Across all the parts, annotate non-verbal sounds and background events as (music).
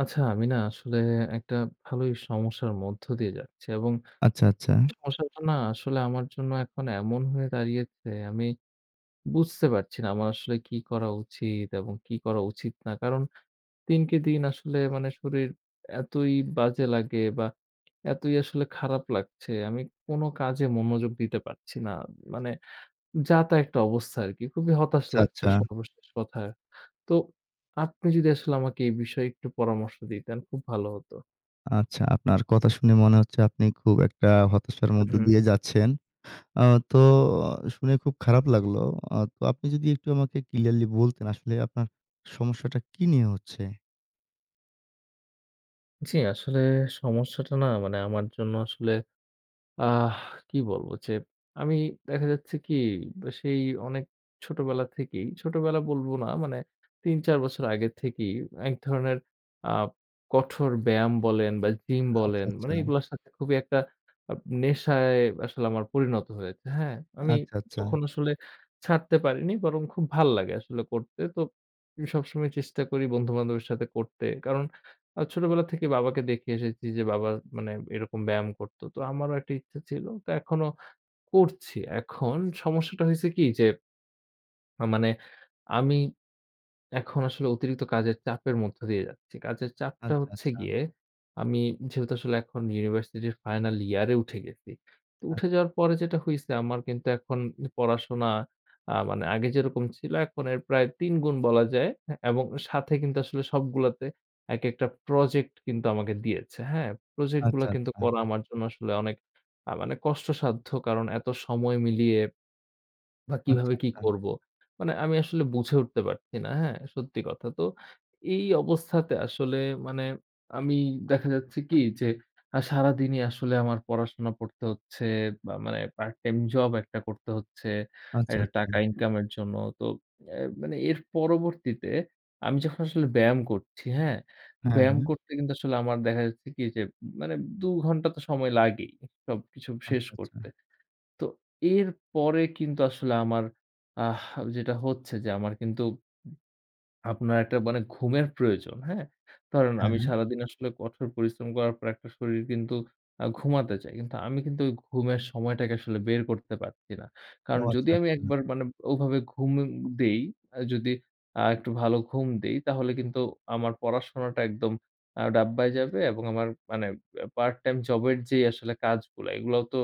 আচ্ছা, আমি না আসলে একটা ভালোই সমস্যার মধ্য দিয়ে যাচ্ছি, এবং আচ্ছা, আচ্ছা। সমস্যাটা না আসলে আমার জন্য এখন এমন হয়ে দাঁড়িয়েছে, আমি বুঝতে পারছি না আমার আসলে কি করা উচিত এবং কি করা উচিত না। কারণ দিনকে দিন আসলে মানে শরীর এতই বাজে লাগে বা এতই আসলে খারাপ লাগছে, আমি কোনো কাজে মনোযোগ দিতে পারছি না। মানে যা তা একটা অবস্থা আরকি। খুবই হতাশ আচ্ছা, লাগছে আচ্ছা। সর্বশেষ কথা। তো আপনি যদি আসলে আমাকে এই বিষয়ে একটু পরামর্শ দিতেন খুব ভালো হতো। আচ্ছা, আপনার কথা শুনে মনে হচ্ছে আপনি খুব একটা হতাশার হুম, মধ্য হুম। দিয়ে যাচ্ছেন। আ তো শুনে খুব খারাপ লাগলো। তো আপনি যদি একটু আমাকে ক্লিয়ারলি বলতেন আসলে আপনার সমস্যাটা কি নিয়ে হচ্ছে? জি, আসলে সমস্যাটা না মানে আমার জন্য আসলে আহ কি বলবো? যে আমি দেখা যাচ্ছে কি সেই অনেক ছোটবেলা থেকেই, ছোটবেলা বলব না মানে ৩-৪ বছর আগে থেকেই এক ধরনের আ কঠোর ব্যায়াম বলেন বা জিম আচ্ছা, বলেন আচ্ছা। মানে এগুলোর সাথে খুবই একটা আ নেশায় আসলে আমার পরিণত হয়েছে। হ্যাঁ? আমি আচ্ছা, আচ্ছা। কখনো আসলে ছাড়তে পারিনি, বরং খুব ভাল লাগে আসলে করতে। তো সবসময় চেষ্টা করি বন্ধু-বান্ধবের সাথে করতে। কারণ ছোটবেলা থেকে বাবাকে দেখে এসেছি যে বাবা মানে এরকম ব্যায়াম করত। তো আমারও একটা ইচ্ছা ছিল। তো এখনো করছি। এখন সমস্যাটা হয়েছে কি যে মানে আমি এখন আসলে অতিরিক্ত কাজের চাপের মধ্য দিয়ে যাচ্ছি। কাজের চাপটা আচ্ছা, হচ্ছে আচ্ছা। গিয়ে আমি যেহেতু আসলে এখন ইউনিভার্সিটির ফাইনাল ইয়ারে উঠে গেছি। তো উঠে যাওয়ার পরে যেটা হইছে আমার কিন্তু এখন পড়াশোনা মানে আগে যেরকম ছিল এখন এর প্রায় ৩ গুণ বলা যায়, হ্যাঁ, এবং সাথে কিন্তু আসলে সবগুলাতে একেকটা প্রজেক্ট কিন্তু আমাকে দিয়েছে। হ্যাঁ? আচ্ছা, প্রজেক্টগুলা কিন্তু আচ্ছা, করা আচ্ছা। আমার জন্য আসলে অনেক মানে কষ্টসাধ্য। কারণ এত সময় মিলিয়ে বা আচ্ছা, কিভাবে কি আচ্ছা। করব? মানে আমি আসলে বুঝে উঠতে পারছি না, হ্যাঁ? সত্যি কথা। তো এই অবস্থাতে আসলে মানে আমি দেখা যাচ্ছে কি যে সারাদিনই আসলে আমার পড়াশোনা পড়তে হচ্ছে বা মানে পার্ট টাইম জব একটা করতে হচ্ছে, আচ্ছা, একটা আচ্ছা। টাকা ইনকামের জন্য। তো এ মানে এর পরবর্তীতে আমি যখন আসলে ব্যায়াম করছি, হ্যাঁ? হ্যাঁ, ব্যায়াম হ্যাঁ। করতে কিন্তু আসলে আমার দেখা যাচ্ছে কি যে মানে ২ ঘন্টা তো সময় লাগেই সবকিছু শেষ আচ্ছা, আচ্ছা। করতে। তো এরপরে কিন্তু আসলে আমার আহ যেটা হচ্ছে যে আমার কিন্তু আপনার একটা মানে ঘুমের প্রয়োজন, হ্যাঁ? ধরেন হ্যাঁ, আমি হুম। হ্যাঁ। সারাদিন আসলে কঠোর পরিশ্রম করার পর একটা শরীর কিন্তু ঘুমাতে চায়। কিন্তু আমি কিন্তু ওই ঘুমের সময়টাকে আসলে বের করতে পারছি না। ও কারণ আচ্ছা, যদি আমি আচ্ছা। একবার মানে ওভাবে ঘুম দেই, যদি একটু ভালো ঘুম দেই তাহলে কিন্তু আমার পড়াশোনাটা একদম ডাব্বায় যাবে এবং আমার মানে পার্ট টাইম জবের যেই আসলে কাজগুলা এগুলাও তো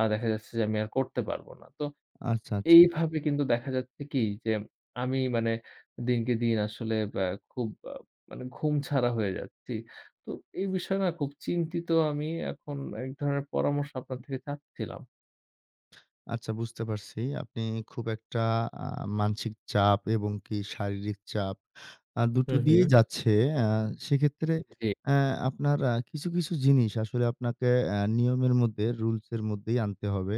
দেখা যাচ্ছে যে আমি আর করতে পারব না। তো আচ্ছা, আচ্ছা। এইভাবে কিন্তু দেখা যাচ্ছে কি যে, আমি মানে দিনকে দিন আসলে খুব মানে ঘুম ছাড়া হয়ে যাচ্ছি। তো এই বিষয়ে না খুব চিন্তিত আমি। এখন এক ধরনের পরামর্শ আপনার থেকে চাচ্ছিলাম। আচ্ছা, বুঝতে পারছি। আপনি খুব একটা আ মানসিক চাপ এবং কি শারীরিক চাপ দুটো হুম, হুম। দিয়েই যাচ্ছে। আ সেক্ষেত্রে জি। অ্যা আপনার কিছু জিনিস আসলে আপনাকে নিয়মের মধ্যে রুলস এর মধ্যেই আনতে হবে।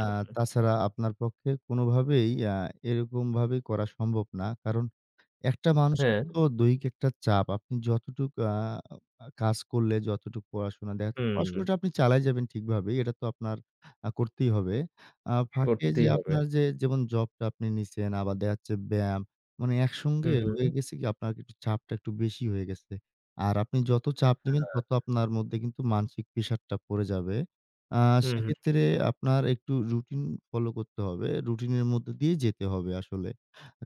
আ তাছাড়া আপনার পক্ষে কোনোভাবেই এরকমভাবে করা সম্ভব না। কারণ একটা মানুষের হ্যাঁ, তো দৈহিক একটা চাপ। আপনি যতটুক আ আ কাজ করলে, যতটুক পড়াশোনা দেখা হুম। পড়াশোনাটা আপনি চালায় যাবেন ঠিকভাবেই। এটা তো আপনার করতেই হবে। ফাঁকে যে করতেই হবে। আপনার যে যেমন জবটা আপনি নিছেন, আবার দেখা যাচ্ছে ব্যায়াম। মানে একসঙ্গে হুম, হুম। হয়ে গেছে কি আপনার একটু চাপটা একটু বেশি হয়ে গেছে। আর আপনি যত চাপ নিবেন, হ্যাঁ। তত আপনার মধ্যে কিন্তু মানসিক প্রেশারটা পড়ে যাবে। আ হুম, হুম, সেক্ষেত্রে আপনার একটু রুটিন ফলো করতে হবে। রুটিনের মধ্যে দিয়ে যেতে হবে আসলে।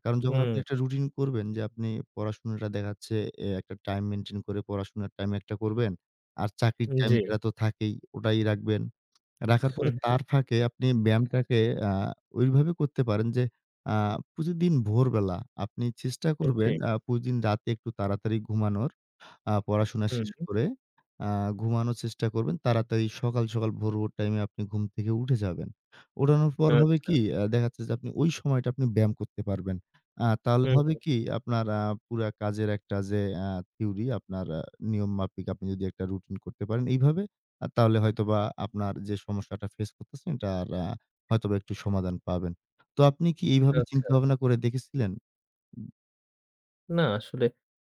কারণ যখন আপনি হুম। একটা রুটিন করবেন যে আপনি পড়াশোনাটা দেখাচ্ছে একটা টাইম মেইনটেইন করে পড়াশোনার টাইম একটা করবেন। আর চাকরির টাইম জি, যেটা তো থাকেই ওটাই রাখবেন। রাখার পরে (laughs) হুম, তার ফাঁকে আপনি ব্যায়ামটাকে আ ওইভাবে করতে পারেন যে আ প্রতিদিন ভোরবেলা আপনি চেষ্টা জি, করবেন প্রতিদিন রাতে একটু তাড়াতাড়ি ঘুমানোর। পড়াশোনা শেষ হুম। করে আ ঘুমানোর চেষ্টা করবেন। তাড়াতাড়ি সকাল, সকাল ভোর, ভোর টাইমে আপনি ঘুম থেকে উঠে যাবেন। ওঠানোর পর হবে আচ্ছা, কি দেখা যাচ্ছে যে আপনি ওই সময়টা আপনি ব্যায়াম করতে পারবেন। তাহলে হুম, হবে কি আপনার পুরা কাজের একটা যে আ থিওরি আপনার নিয়ম মাফিক আপনি যদি একটা রুটিন করতে পারেন এইভাবে তাহলে হয়তোবা আপনার যে সমস্যাটা ফেস করতেছেন এটা আর হয়তোবা একটু সমাধান পাবেন। তো আপনি কি এইভাবে চিন্তা আচ্ছা। ভাবনা করে দেখেছিলেন? না আসলে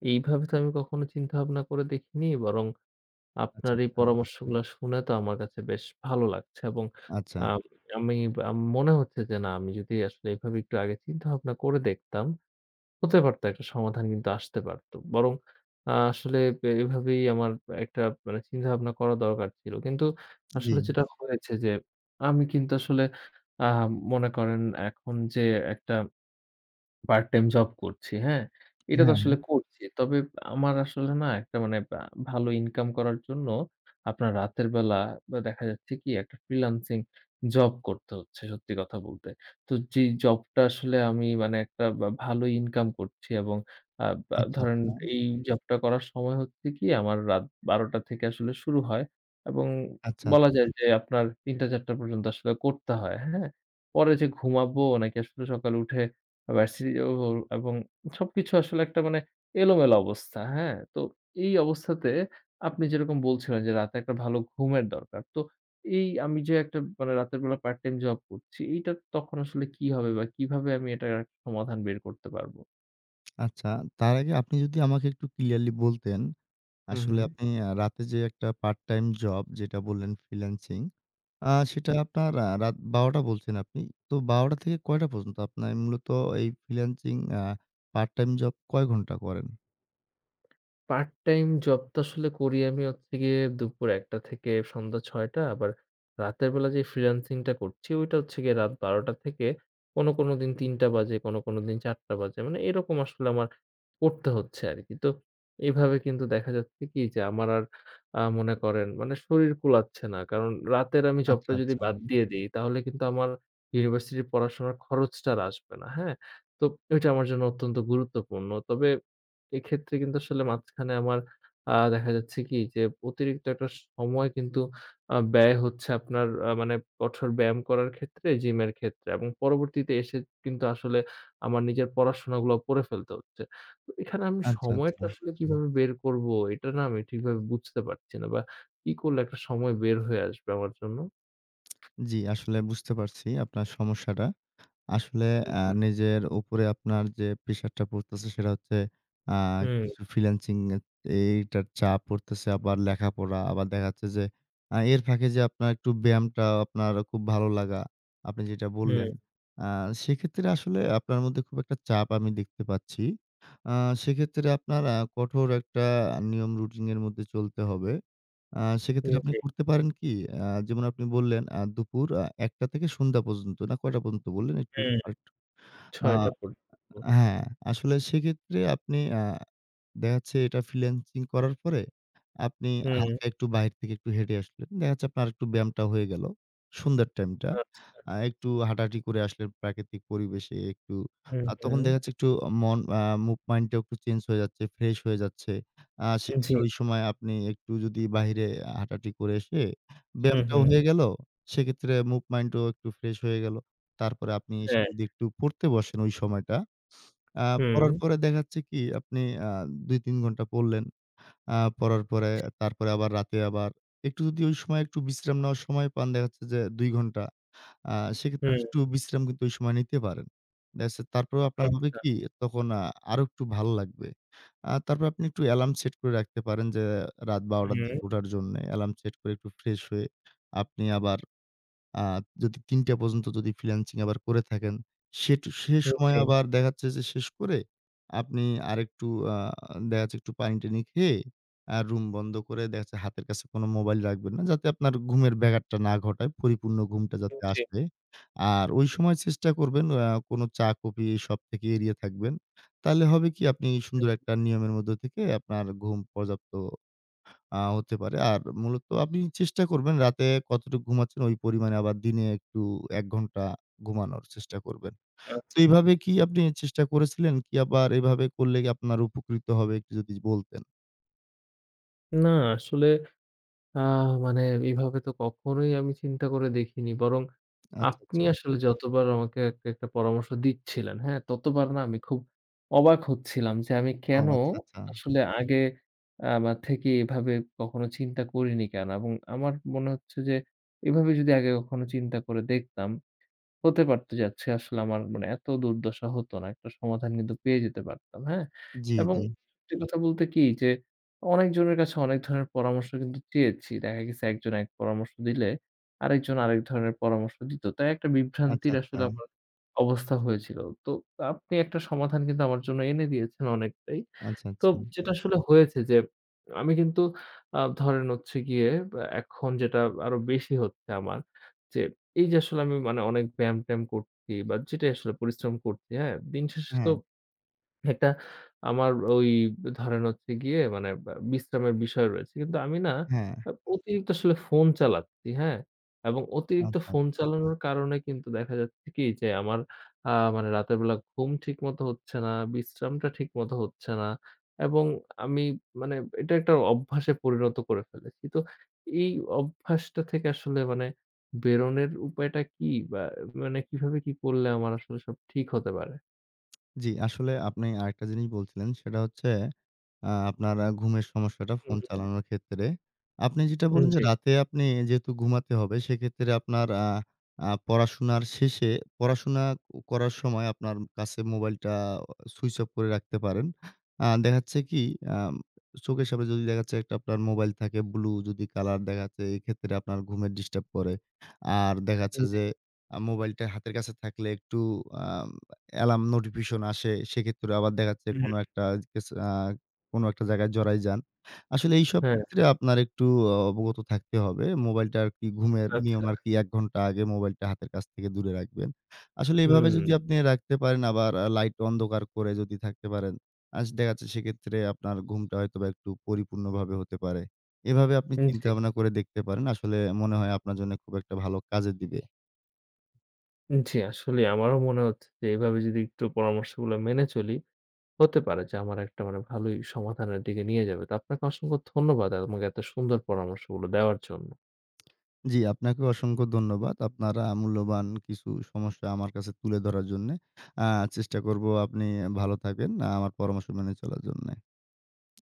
এইভাবে তো আমি কখনো চিন্তা ভাবনা করে দেখিনি। বরং আচ্ছা, আপনার এই আচ্ছা। পরামর্শগুলা শুনে তো আমার কাছে বেশ ভালো লাগছে, এবং আচ্ছা। জি। আমি আ মনে হচ্ছে যে না আমি যদি আসলে এভাবে একটু আগে চিন্তা ভাবনা করে দেখতাম, হতে পারত একটা সমাধান কিন্তু আসতে পারত। বরং আসলে এভাবেই আমার একটা মানে চিন্তা ভাবনা করা দরকার ছিল। কিন্তু জি। আসলে যেটা হয়েছে যে আমি কিন্তু আসলে আ মনে করেন এখন যে একটা পার্ট টাইম জব করছি, হ্যাঁ? এটা তো হ্যাঁ। আসলে করছি। তবে আমার আসলে না একটা মানে বা ভালো ইনকাম করার জন্য আপনার রাতের বেলা বা দেখা যাচ্ছে কি একটা ফ্রিল্যান্সিং জব করতে হচ্ছে সত্যি কথা বলতে। তো যে জবটা আসলে আমি মানে একটা বা ভালো ইনকাম করছি এবং বা আচ্ছা, ধরেন আচ্ছা। এই জবটা করার সময় হচ্ছে কি আমার রাত ১২ঃ০০ থেকে আসলে শুরু হয় এবং আচ্ছা, আচ্ছা, বলা যায় যে আপনার ৩ঃ০০-৪ঃ০০ পর্যন্ত আসলে করতে হয়, হ্যাঁ? পরে যে ঘুমাবো নাকি আসলে সকালে উঠে ভার্সিটি এবং সবকিছু আসলে একটা মানে এলোমেলো অবস্থা, হ্যাঁ? তো এই অবস্থাতে আপনি যেরকম বলছিলেন যে রাতে একটা ভালো ঘুমের দরকার। তো এই আমি যে একটা মানে রাতের বেলা পার্ট টাইম জব করছি, এইটা তখন আসলে কি হবে বা কিভাবে আমি এটার একটা সমাধান বের করতে পারবো? আচ্ছা। তার আগে আপনি যদি আমাকে একটু ক্লিয়ারলি বলতেন, হু, হু। আসলে আপনি রাতে যে একটা পার্ট টাইম জব যেটা বললেন ফ্রিল্যান্সিং, সেটা আপনার রাত ১২ঃ০০ টা বলছেন আপনি। তো ১২ঃ০০ টা থেকে কয়টা পর্যন্ত আপনার মূলত এই ফ্রিল্যান্সিং পার্ট টাইম জব কয় ঘন্টা করেন? পার্ট টাইম জব তো আসলে করি আমি হচ্ছে গিয়ে দুপুর ১টা থেকে সন্ধ্যা ৬টা। আবার রাতের বেলা যে ফ্রিল্যান্সিং টা করছি ওইটা হচ্ছে গিয়ে রাত ১২টা থেকে কোনো, কোনো দিন ৩টা বাজে, কোনো, কোনো দিন ৪টা বাজে। মানে এরকম আসলে আমার করতে হচ্ছে আরকি। তো এভাবে কিন্তু দেখা যাচ্ছে কি যে আমার আর মনে করেন মানে শরীর কুলাচ্ছে না। কারণ রাতের আমি আচ্ছা, জবটা যদি আচ্ছা, বাদ হুম। দিয়ে দেই তাহলে কিন্তু আমার ইউনিভার্সিটির পড়াশোনার খরচটা আর আসবে না। হ্যাঁ? তো ওইটা আমার জন্য অত্যন্ত গুরুত্বপূর্ণ। তবে এক্ষেত্রে কিন্তু আসলে মাঝখানে আমার দেখা যাচ্ছে কি যে অতিরিক্ত একটা সময় কিন্তু ব্যয় হচ্ছে আপনার মানে কঠোর ব্যায়াম করার ক্ষেত্রে, জিমের ক্ষেত্রে এবং পরবর্তীতে এসে কিন্তু আসলে আমার নিজের পড়াশোনাগুলো পড়ে ফেলতে হচ্ছে। তো এখানে আমি আচ্ছা, আচ্ছা। সময়টা আসলে কিভাবে বের করব এটা না আমি ঠিকভাবে বুঝতে পারছি না, বা কি করলে একটা সময় বের হয়ে আসবে আমার জন্য? জি, আসলে বুঝতে পারছি আপনার সমস্যাটা। আসলে হুম, হুম, নিজের উপরে আপনার যে প্রেশারটা পড়তেছে সেটা হচ্ছে আ কিছু ফ্রিল্যান্সিং এর এইটার চাপ পড়তেছে। আবার লেখাপড়া, আবার দেখা যাচ্ছে যে এর ফাঁকে যে আপনার একটু ব্যায়ামটা আপনার খুব ভালো লাগা, আপনি যেটা হুম, বললেন। আ সেক্ষেত্রে আসলে আপনার মধ্যে খুব একটা চাপ আমি দেখতে পাচ্ছি। আ সেক্ষেত্রে আপনার কঠোর একটা নিয়ম রুটিন এর মধ্যে চলতে হবে। আ সেক্ষেত্রে হুম, আপনি জি, করতে পারেন কি? আ যেমন আপনি বললেন দুপুর ১ঃ০০ থেকে সন্ধ্যা পর্যন্ত না কয়টা পর্যন্ত বললেন? একটু হুম, আরেকটু আ ৬টা পর্যন্ত। হ্যাঁ, আসলে সেক্ষেত্রে আপনি দেখা যাচ্ছে এটা ফ্রিল্যান্সিং করার পরে আপনি হুম, হালকা একটু বাইরে থেকে একটু হেঁটে আসলেন। দেখা যাচ্ছে আপনার একটু ব্যায়ামটা হয়ে গেল। সন্ধ্যার টাইমটা। আচ্ছা। একটু হাঁটাহাঁটি করে আসলেন প্রাকৃতিক পরিবেশে একটু। হুম, তখন হুম, দেখা যাচ্ছে একটু মন মুভমেন্টটাও একটু চেঞ্জ হয়ে যাচ্ছে, ফ্রেশ হয়ে যাচ্ছে। জি, সেক্ষেত্রে ওই সময় আপনি একটু যদি বাহিরে হাঁটাহাঁটি করে এসে হুম, ব্যায়ামটাও হুম, হয়ে গেল। সেক্ষেত্রে মুভমেন্টও একটু ফ্রেশ হয়ে গেল। তারপরে আপনি এসে হ্যাঁ। যদি একটু পড়তে বসেন ওই সময়টা আ হুম, পড়ার পরে দেখাচ্ছে কি আপনি আ ২-৩ ঘন্টা পড়লেন। পড়ার পরে তারপরে আবার রাতে আবার একটু যদি ওই সময় একটু বিশ্রাম নেওয়ার সময় পান দেখা যাচ্ছে যে ২ ঘন্টা। আ সেক্ষেত্রে আপনি হুম, একটু বিশ্রাম কিন্তু ওই সময় নিতে পারেন। দেখা যাচ্ছে তারপরেও আপনার হবে আচ্ছা। কি তখন আরো একটু ভালো লাগবে। তারপর আপনি একটু অ্যালার্ম সেট করে রাখতে পারেন যে রাত ১২ঃ০০ র হুম, দিকে ওঠার জন্যে। অ্যালার্ম সেট করে একটু ফ্রেশ হয়ে আপনি আবার আ যদি ৩ টা পর্যন্ত যদি ফ্রিল্যান্সিং আবার করে থাকেন, সে হুম, সময় জি, আবার দেখা যাচ্ছে যে শেষ করে আপনি আরেকটু আ দেখা যাচ্ছে একটু পানি-টানি খেয়ে রুম বন্ধ করে দেখা যাচ্ছে হাতের কাছে কোনো মোবাইল রাখবেন না। যাতে আপনার ঘুমের ব্যাঘাতটা না ঘটায়, পরিপূর্ণ ঘুমটা হুম, যাতে জি, আসে। আর ওই সময় চেষ্টা করবেন কোনো চা-কফি এসব থেকে এড়িয়ে থাকবেন। তাহলে হবে কি আপনি সুন্দর হুম, একটা নিয়মের মধ্য থেকে আপনার ঘুম পর্যাপ্ত হতে পারে। আর মূলত আপনি চেষ্টা করবেন রাতে কতটুকু ঘুমাচ্ছেন ওই পরিমাণে আবার দিনে একটু ১ ঘন্টা ঘুমানোর চেষ্টা করবেন। তো আচ্ছা। এইভাবে কি আপনি চেষ্টা করেছিলেন? কি আবার এভাবে করলে কি আপনার উপকৃত হবে একটু যদি বলতেন? না আসলে আ মানে এভাবে তো কখনোই আমি চিন্তা করে দেখিনি। বরং আচ্ছা, আপনি আচ্ছা। আসলে যতবার আমাকে একটা পরামর্শ দিচ্ছিলেন, হ্যাঁ? ততবার না আমি খুব অবাক হচ্ছিলাম যে আমি ও কেন আচ্ছা, আচ্ছা। আসলে আগে আমার থেকে এভাবে কখনো চিন্তা করিনি কেন? এবং আমার মনে হচ্ছে যে এভাবে যদি আগে কখনো চিন্তা করে দেখতাম হতে পারত যে আচ্ছা আসলে আমার মানে এত দুর্দশা হতো না। একটা সমাধান কিন্তু পেয়ে যেতে পারতাম, হ্যাঁ? জি, এবং জি। সত্যি কথা বলতে কি যে অনেকজনের কাছে অনেক ধরনের পরামর্শ কিন্তু চেয়েছি। দেখা গেছে একজন এক পরামর্শ দিলে আরেকজন আরেক ধরনের পরামর্শ দিত। তাই একটা আচ্ছা, বিভ্রান্তির আচ্ছা। আসলে আমার অবস্থা হয়েছিল। তো আপনি একটা সমাধান কিন্তু আমার জন্য এনে দিয়েছেন অনেকটাই। আচ্ছা, তো আচ্ছা। যেটা আসলে হয়েছে যে আমি কিন্তু ধরেন হচ্ছে গিয়ে বা এখন যেটা আরো বেশি হচ্ছে আমার যে এই যে আসলে আমি মানে অনেক ব্যায়াম-ট্যায়াম করছি বা যেটাই আসলে পরিশ্রম করছি, হ্যাঁ? দিন শেষে তো হ্যাঁ, একটা আমার ওই ধরেন হচ্ছে গিয়ে মানে বা বিশ্রামের বিষয় রয়েছে। কিন্তু আমি না হ্যাঁ। অতিরিক্ত আসলে ফোন চালাচ্ছি, হ্যাঁ? এবং অতিরিক্ত আচ্ছা। ফোন আচ্ছা। চালানোর কারণে কিন্তু দেখা যাচ্ছে কি যে আমার আ মানে রাতের বেলা ঘুম ঠিকমতো হচ্ছে না, বিশ্রামটা ঠিকমতো হচ্ছে না এবং আমি মানে এটা একটা অভ্যাসে পরিণত করে ফেলেছি। তো এই অভ্যাসটা থেকে আসলে মানে বেরোনের উপায়টা কি? বা মানে কিভাবে কি করলে আমার আসলে সব ঠিক হতে পারে? জি, আসলে আপনি আরেকটা জিনিস বলছিলেন সেটা হচ্ছে আপনার ঘুমের সমস্যাটা ফোন হুম, চালানোর ক্ষেত্রে। আপনি যেটা হুম। বললেন যে জি। রাতে আপনি যেহেতু ঘুমাতে হবে সেক্ষেত্রে আপনার আ আ পড়াশোনার শেষে পড়াশোনা করার সময় আপনার কাছে মোবাইলটা সুইচ অফ করে রাখতে পারেন। দেখা যাচ্ছে কি আম চোখের সামনে যদি দেখা যাচ্ছে একটা আপনার মোবাইল থাকে ব্লু যদি কালার দেখা যাচ্ছে এক্ষেত্রে আপনার ঘুমের ডিস্টার্ব করে। আর দেখা যাচ্ছে যে মোবাইলটা হাতের কাছে থাকলে একটু আম অ্যালার্ম নোটিফিকেশন আসে। সেক্ষেত্রে আবার দেখা যাচ্ছে হুম, কোনো একটা কেস কোনো একটা জায়গায় জড়ায় যান। আসলে এইসব হ্যাঁ, ক্ষেত্রে আপনার একটু অবগত থাকতে হবে। মোবাইলটা আরকি ঘুমের নিয়ম আচ্ছা। আরকি ১ ঘন্টা আগে মোবাইলটা হাতের কাছ থেকে দূরে রাখবেন। আসলে এভাবে হুম, যদি আপনি রাখতে পারেন আবার লাইট অন্ধকার করে যদি থাকতে পারেন, দেখা যাচ্ছে সেক্ষেত্রে আপনার ঘুমটা হয়তোবা একটু পরিপূর্ণভাবে হতে পারে। এভাবে আপনি চিন্তা জি, ভাবনা করে দেখতে পারেন। আসলে মনে হয় আপনার জন্য খুব একটা ভালো কাজে দিবে। জি, আসলে আমারও মনে হচ্ছে যে এভাবে যদি একটু পরামর্শগুলো মেনে চলি, হতে পারে যে আমার একটা মানে ভালোই সমাধানের দিকে নিয়ে যাবে। তো আপনাকে অসংখ্য ধন্যবাদ আমাকে এত সুন্দর পরামর্শগুলো দেওয়ার জন্য। জি, আপনাকেও অসংখ্য ধন্যবাদ। আপনারা মূল্যবান কিছু সমস্যা আমার কাছে তুলে ধরার জন্যে। আ চেষ্টা করব আপনি ভালো থাকেন। আমার পরামর্শ মেনে চলার জন্যে।